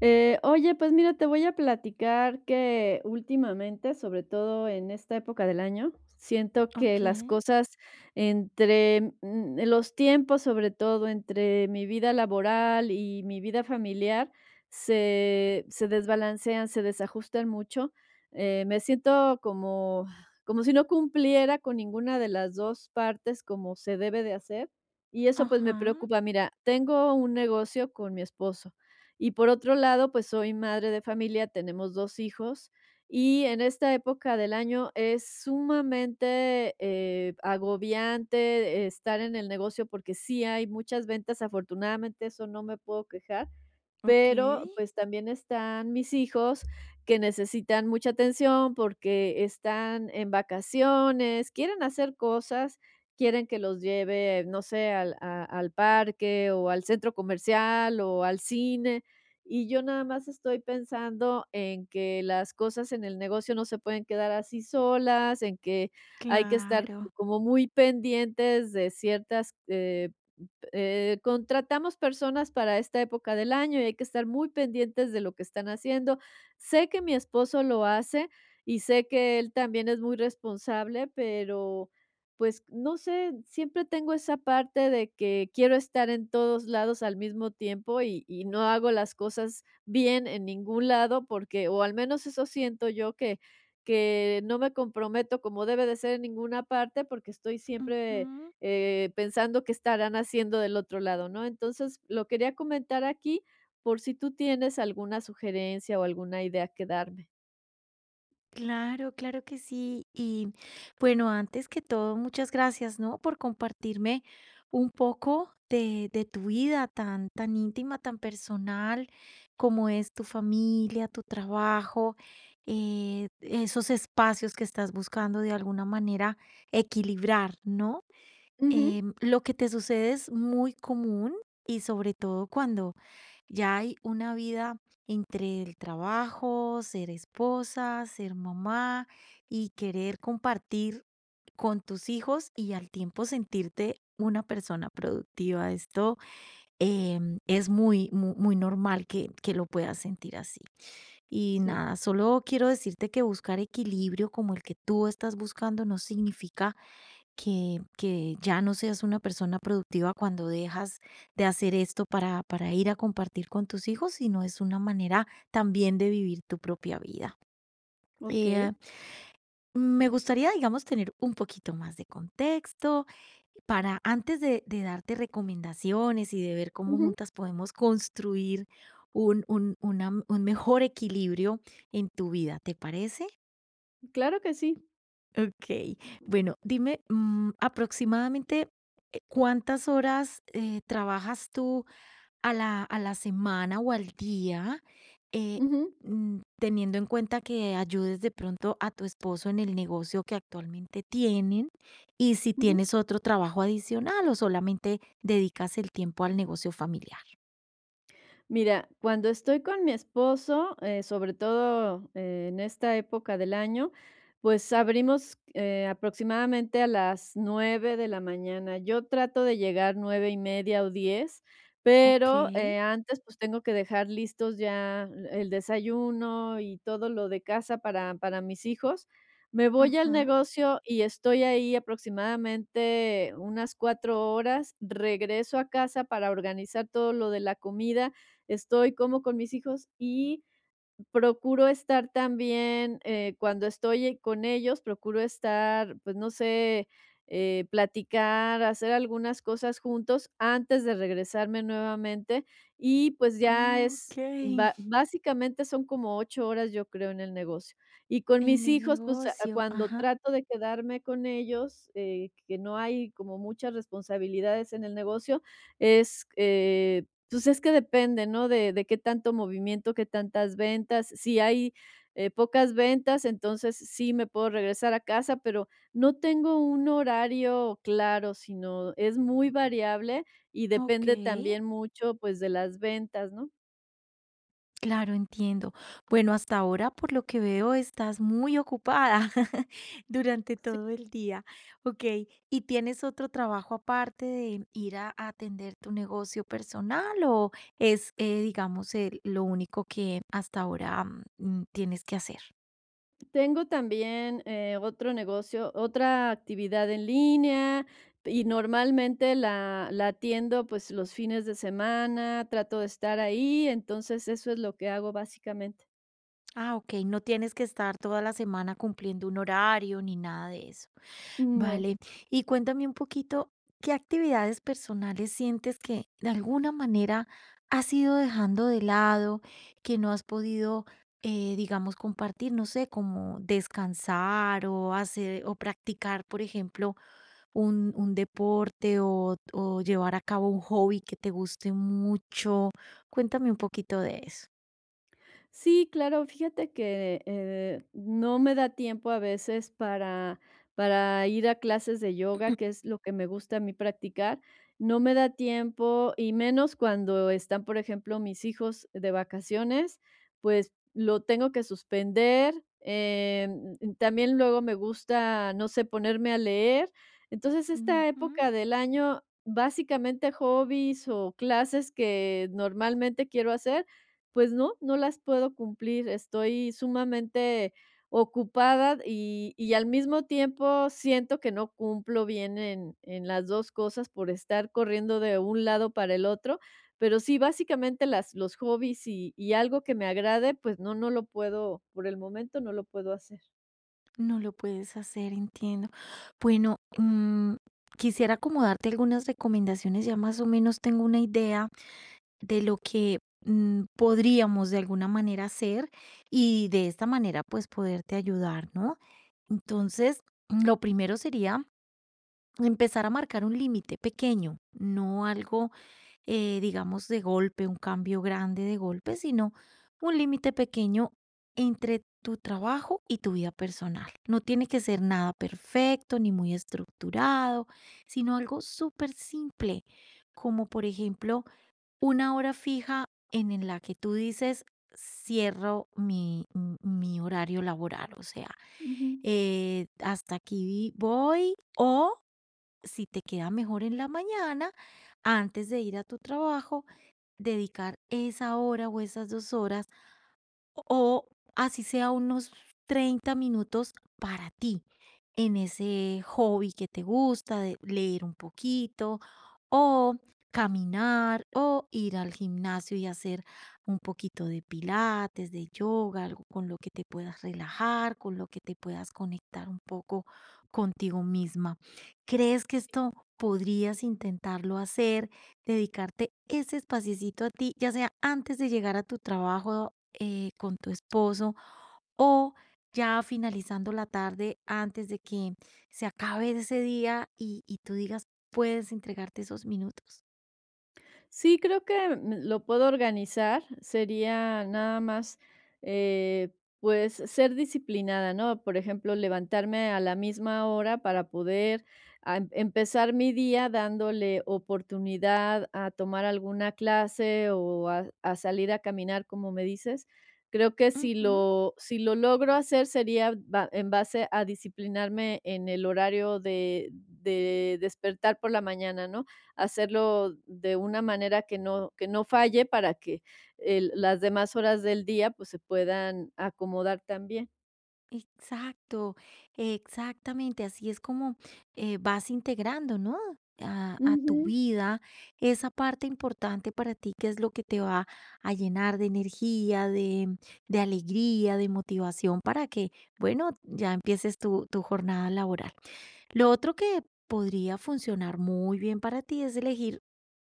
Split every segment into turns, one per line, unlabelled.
Oye, pues mira, te voy a platicar que últimamente, sobre todo en esta época del año, siento que las
Okey,
cosas entre los tiempos, sobre todo entre mi vida laboral y mi vida familiar, se desbalancean, se desajustan mucho. Me siento como, si no cumpliera con ninguna de las dos partes como se debe de hacer. Y eso pues me
ajá,
preocupa. Mira, tengo un negocio con mi esposo y por otro lado, pues soy madre de familia, tenemos 2 hijos, y en esta época del año es sumamente, agobiante estar en el negocio porque sí hay muchas ventas, afortunadamente, eso no me puedo quejar,
okey,
pero, pues, también están mis hijos que necesitan mucha atención porque están en vacaciones, quieren hacer cosas, quieren que los lleve, no sé, al parque o al centro comercial o al cine, y yo nada más estoy pensando en que las cosas en el negocio no se pueden quedar así solas, en que hay que estar
claro,
como muy pendientes de ciertas, contratamos personas para esta época del año y hay que estar muy pendientes de lo que están haciendo. Sé que mi esposo lo hace y sé que él también es muy responsable, pero pues no sé, siempre tengo esa parte de que quiero estar en todos lados al mismo tiempo y no hago las cosas bien en ningún lado porque, o al menos eso siento yo que no me comprometo como debe de ser en ninguna parte porque estoy siempre
ujú,
pensando que estarán haciendo del otro lado, ¿no? Entonces, lo quería comentar aquí por si tú tienes alguna sugerencia o alguna idea que darme.
claro, claro que sí. Y bueno, antes que todo, muchas gracias, ¿no?, por compartirme un poco de tu vida tan íntima, tan personal, como es tu familia, tu trabajo, esos espacios que estás buscando de alguna manera equilibrar, ¿no?
Ujú,
Lo que te sucede es muy común y sobre todo cuando ya hay una vida entre el trabajo, ser esposa, ser mamá y querer compartir con tus hijos y al tiempo sentirte una persona productiva. Esto es muy normal que lo puedas sentir así. Y
sí,
nada, solo quiero decirte que buscar equilibrio como el que tú estás buscando no significa que ya no seas una persona productiva cuando dejas de hacer esto para ir a compartir con tus hijos, sino es una manera también de vivir tu propia vida. Eh,
okey.
Me gustaría, digamos, tener un poquito más de contexto para antes de darte recomendaciones y de ver cómo
Ujú,
juntas podemos construir un mejor equilibrio en tu vida, ¿te parece?
claro que sí.
Okey. Bueno, dime, aproximadamente, ¿cuántas horas, trabajas tú a la semana o al día? Eh,
Ujú,
Teniendo en cuenta que ayudes de pronto a tu esposo en el negocio que actualmente tienen, y si
ujú.
tienes otro trabajo adicional o solamente dedicas el tiempo al negocio familiar.
Mira, cuando estoy con mi esposo, sobre todo en esta época del año, pues abrimos aproximadamente a las 9 de la mañana. Yo trato de llegar 9 y media o 10, pero
Okey.
antes pues tengo que dejar listos ya el desayuno y todo lo de casa para mis hijos. Me voy al
Ajá.
negocio y estoy ahí aproximadamente unas 4 horas. Regreso a casa para organizar todo lo de la comida. Estoy como con mis hijos y procuro estar también, cuando estoy con ellos, procuro estar, pues, no sé, platicar, hacer algunas cosas juntos antes de regresarme nuevamente y, pues, ya es
Okey.
ba básicamente son como 8 horas, yo creo, en el negocio. Y con
En
mis
el
hijos, pues,
negocio.
cuando
Ajá.
trato de quedarme con ellos, que no hay como muchas responsabilidades en el negocio, es, pues es que depende, ¿no? De qué tanto movimiento, qué tantas ventas. Si hay, pocas ventas, entonces sí me puedo regresar a casa, pero no tengo un horario claro, sino es muy variable y depende
Okey.
también mucho, pues, de las ventas, ¿no?
Claro, entiendo. Bueno, hasta ahora, por lo que veo, estás muy ocupada durante
Sí.
todo el día. Ok, ¿y tienes otro trabajo aparte de ir a atender tu negocio personal o es, digamos, lo único que hasta ahora tienes que hacer?
Tengo también, otro negocio, otra actividad en línea y normalmente la atiendo, pues, los fines de semana, trato de estar ahí, entonces eso es lo que hago básicamente.
Ah, ok, no tienes que estar toda la semana cumpliendo un horario ni nada de eso.
No.
Vale, y cuéntame un poquito, ¿qué actividades personales sientes que de alguna manera has ido dejando de lado, que no has podido, digamos, compartir, no sé, como descansar o hacer o practicar, por ejemplo, un deporte o llevar a cabo un hobby que te guste mucho? Cuéntame un poquito de eso.
Sí, claro, fíjate que, no me da tiempo a veces para ir a clases de yoga, que es lo que me gusta a mí practicar. No me da tiempo, y menos cuando están, por ejemplo, mis hijos de vacaciones, pues, lo tengo que suspender. También luego me gusta, no sé, ponerme a leer. Entonces, esta
Ujú.
época del año, básicamente, hobbies o clases que normalmente quiero hacer pues no, no las puedo cumplir. Estoy sumamente ocupada y al mismo tiempo siento que no cumplo bien en las dos cosas por estar corriendo de un lado para el otro. Pero sí, básicamente los hobbies y algo que me agrade, pues no, no lo puedo, por el momento no lo puedo hacer.
No lo puedes hacer, entiendo. Bueno, quisiera como darte algunas recomendaciones, ya más o menos tengo una idea de lo que podríamos de alguna manera hacer y de esta manera pues poderte ayudar, ¿no? Entonces, lo primero sería empezar a marcar un límite pequeño, no algo digamos, de golpe, un cambio grande de golpe, sino un límite pequeño entre tu trabajo y tu vida personal. No tiene que ser nada perfecto ni muy estructurado, sino algo súper simple, como por ejemplo una hora fija en la que tú dices, cierro mi horario laboral, o sea,
Ujú.
hasta aquí voy, o si te queda mejor en la mañana, antes de ir a tu trabajo, dedicar esa hora o esas 2 horas o así sea unos 30 minutos para ti, en ese hobby que te gusta, de leer un poquito, o caminar, o ir al gimnasio y hacer un poquito de pilates, de yoga, algo con lo que te puedas relajar, con lo que te puedas conectar un poco contigo misma. ¿Crees que esto podrías intentarlo hacer? Dedicarte ese espaciecito a ti, ya sea antes de llegar a tu trabajo con tu esposo o ya finalizando la tarde antes de que se acabe ese día y tú digas, puedes entregarte esos minutos.
Sí, creo que lo puedo organizar. Sería nada más, eh, pues, ser disciplinada, ¿no? Por ejemplo, levantarme a la misma hora para poder empezar mi día dándole oportunidad a tomar alguna clase o a salir a caminar, como me dices. Creo que si
Ujú.
lo, si lo logro hacer sería en base a disciplinarme en el horario de despertar por la mañana, ¿no? Hacerlo de una manera que no falle para que el las demás horas del día, pues, se puedan acomodar también.
Exacto, exactamente. Así es como vas integrando, ¿no? A tu
Ujú,
vida, esa parte importante para ti, que es lo que te va a llenar de energía, de alegría, de motivación para que, bueno, ya empieces tu jornada laboral. Lo otro que podría funcionar muy bien para ti es elegir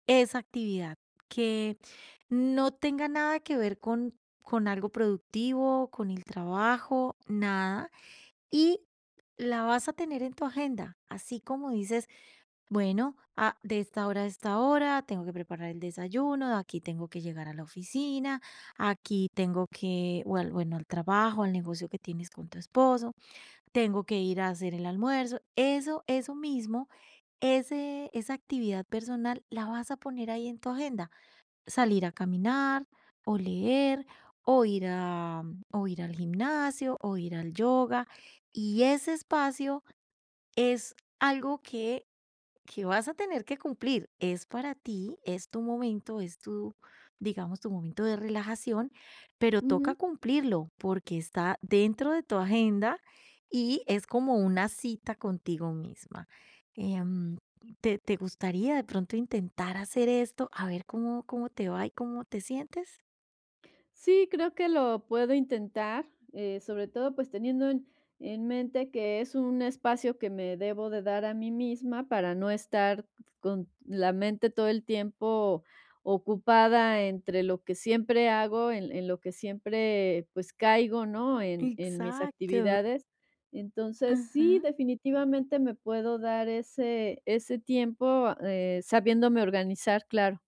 esa actividad que no tenga nada que ver con algo productivo, con el trabajo, nada. Y la vas a tener en tu agenda, así como dices, bueno, de esta hora a esta hora tengo que preparar el desayuno, de aquí tengo que llegar a la oficina, aquí tengo bueno, al trabajo, al negocio que tienes con tu esposo, tengo que ir a hacer el almuerzo. Eso mismo, esa actividad personal la vas a poner ahí en tu agenda. Salir a caminar o leer o ir a, o ir al gimnasio o ir al yoga. Y ese espacio es algo que vas a tener que cumplir. Es para ti, es tu momento, es tu, digamos, tu momento de relajación, pero
ujú.
toca cumplirlo porque está dentro de tu agenda y es como una cita contigo misma. Em, ¿Te, te gustaría de pronto intentar hacer esto? A ver cómo, cómo te va y cómo te sientes.
Sí, creo que lo puedo intentar, sobre todo pues teniendo en, mente que es un espacio que me debo de dar a mí misma para no estar con la mente todo el tiempo ocupada entre lo que siempre hago, en lo que siempre pues caigo, ¿no? En mis
Exacto.
actividades. Entonces, sí,
Ajá.
definitivamente me puedo dar ese tiempo sabiéndome organizar, claro.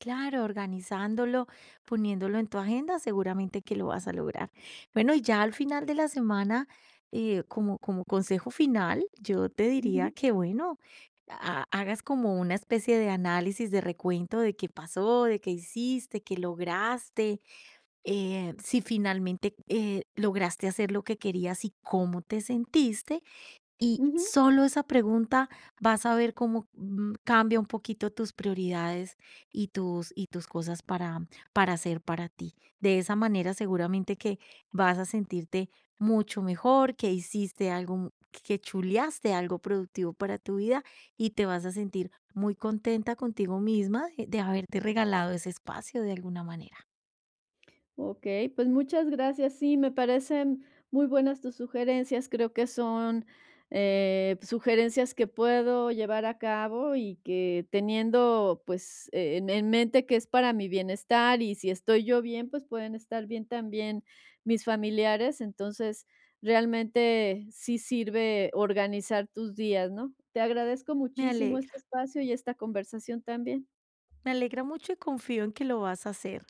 Claro, organizándolo, poniéndolo en tu agenda, seguramente que lo vas a lograr. Bueno, y ya al final de la semana, como, como consejo final, yo te diría
Ujú,
que, bueno, hagas como una especie de análisis, de recuento de qué pasó, de qué hiciste, qué lograste, si finalmente lograste hacer lo que querías y cómo te sentiste. Y
ujú.
solo esa pregunta vas a ver cómo, cambia un poquito tus prioridades y tus cosas para hacer para ti. De esa manera, seguramente que vas a sentirte mucho mejor, que hiciste algo, que chuleaste algo productivo para tu vida y te vas a sentir muy contenta contigo misma de haberte regalado ese espacio de alguna manera.
Ok, pues muchas gracias. Sí, me parecen muy buenas tus sugerencias. Creo que son sugerencias que puedo llevar a cabo y que teniendo pues en mente que es para mi bienestar y si estoy yo bien, pues pueden estar bien también mis familiares. Entonces, realmente sí sirve organizar tus días, ¿no? Te agradezco
Me
muchísimo este
alegra,
espacio y esta conversación también.
me alegra mucho y confío en que lo vas a hacer.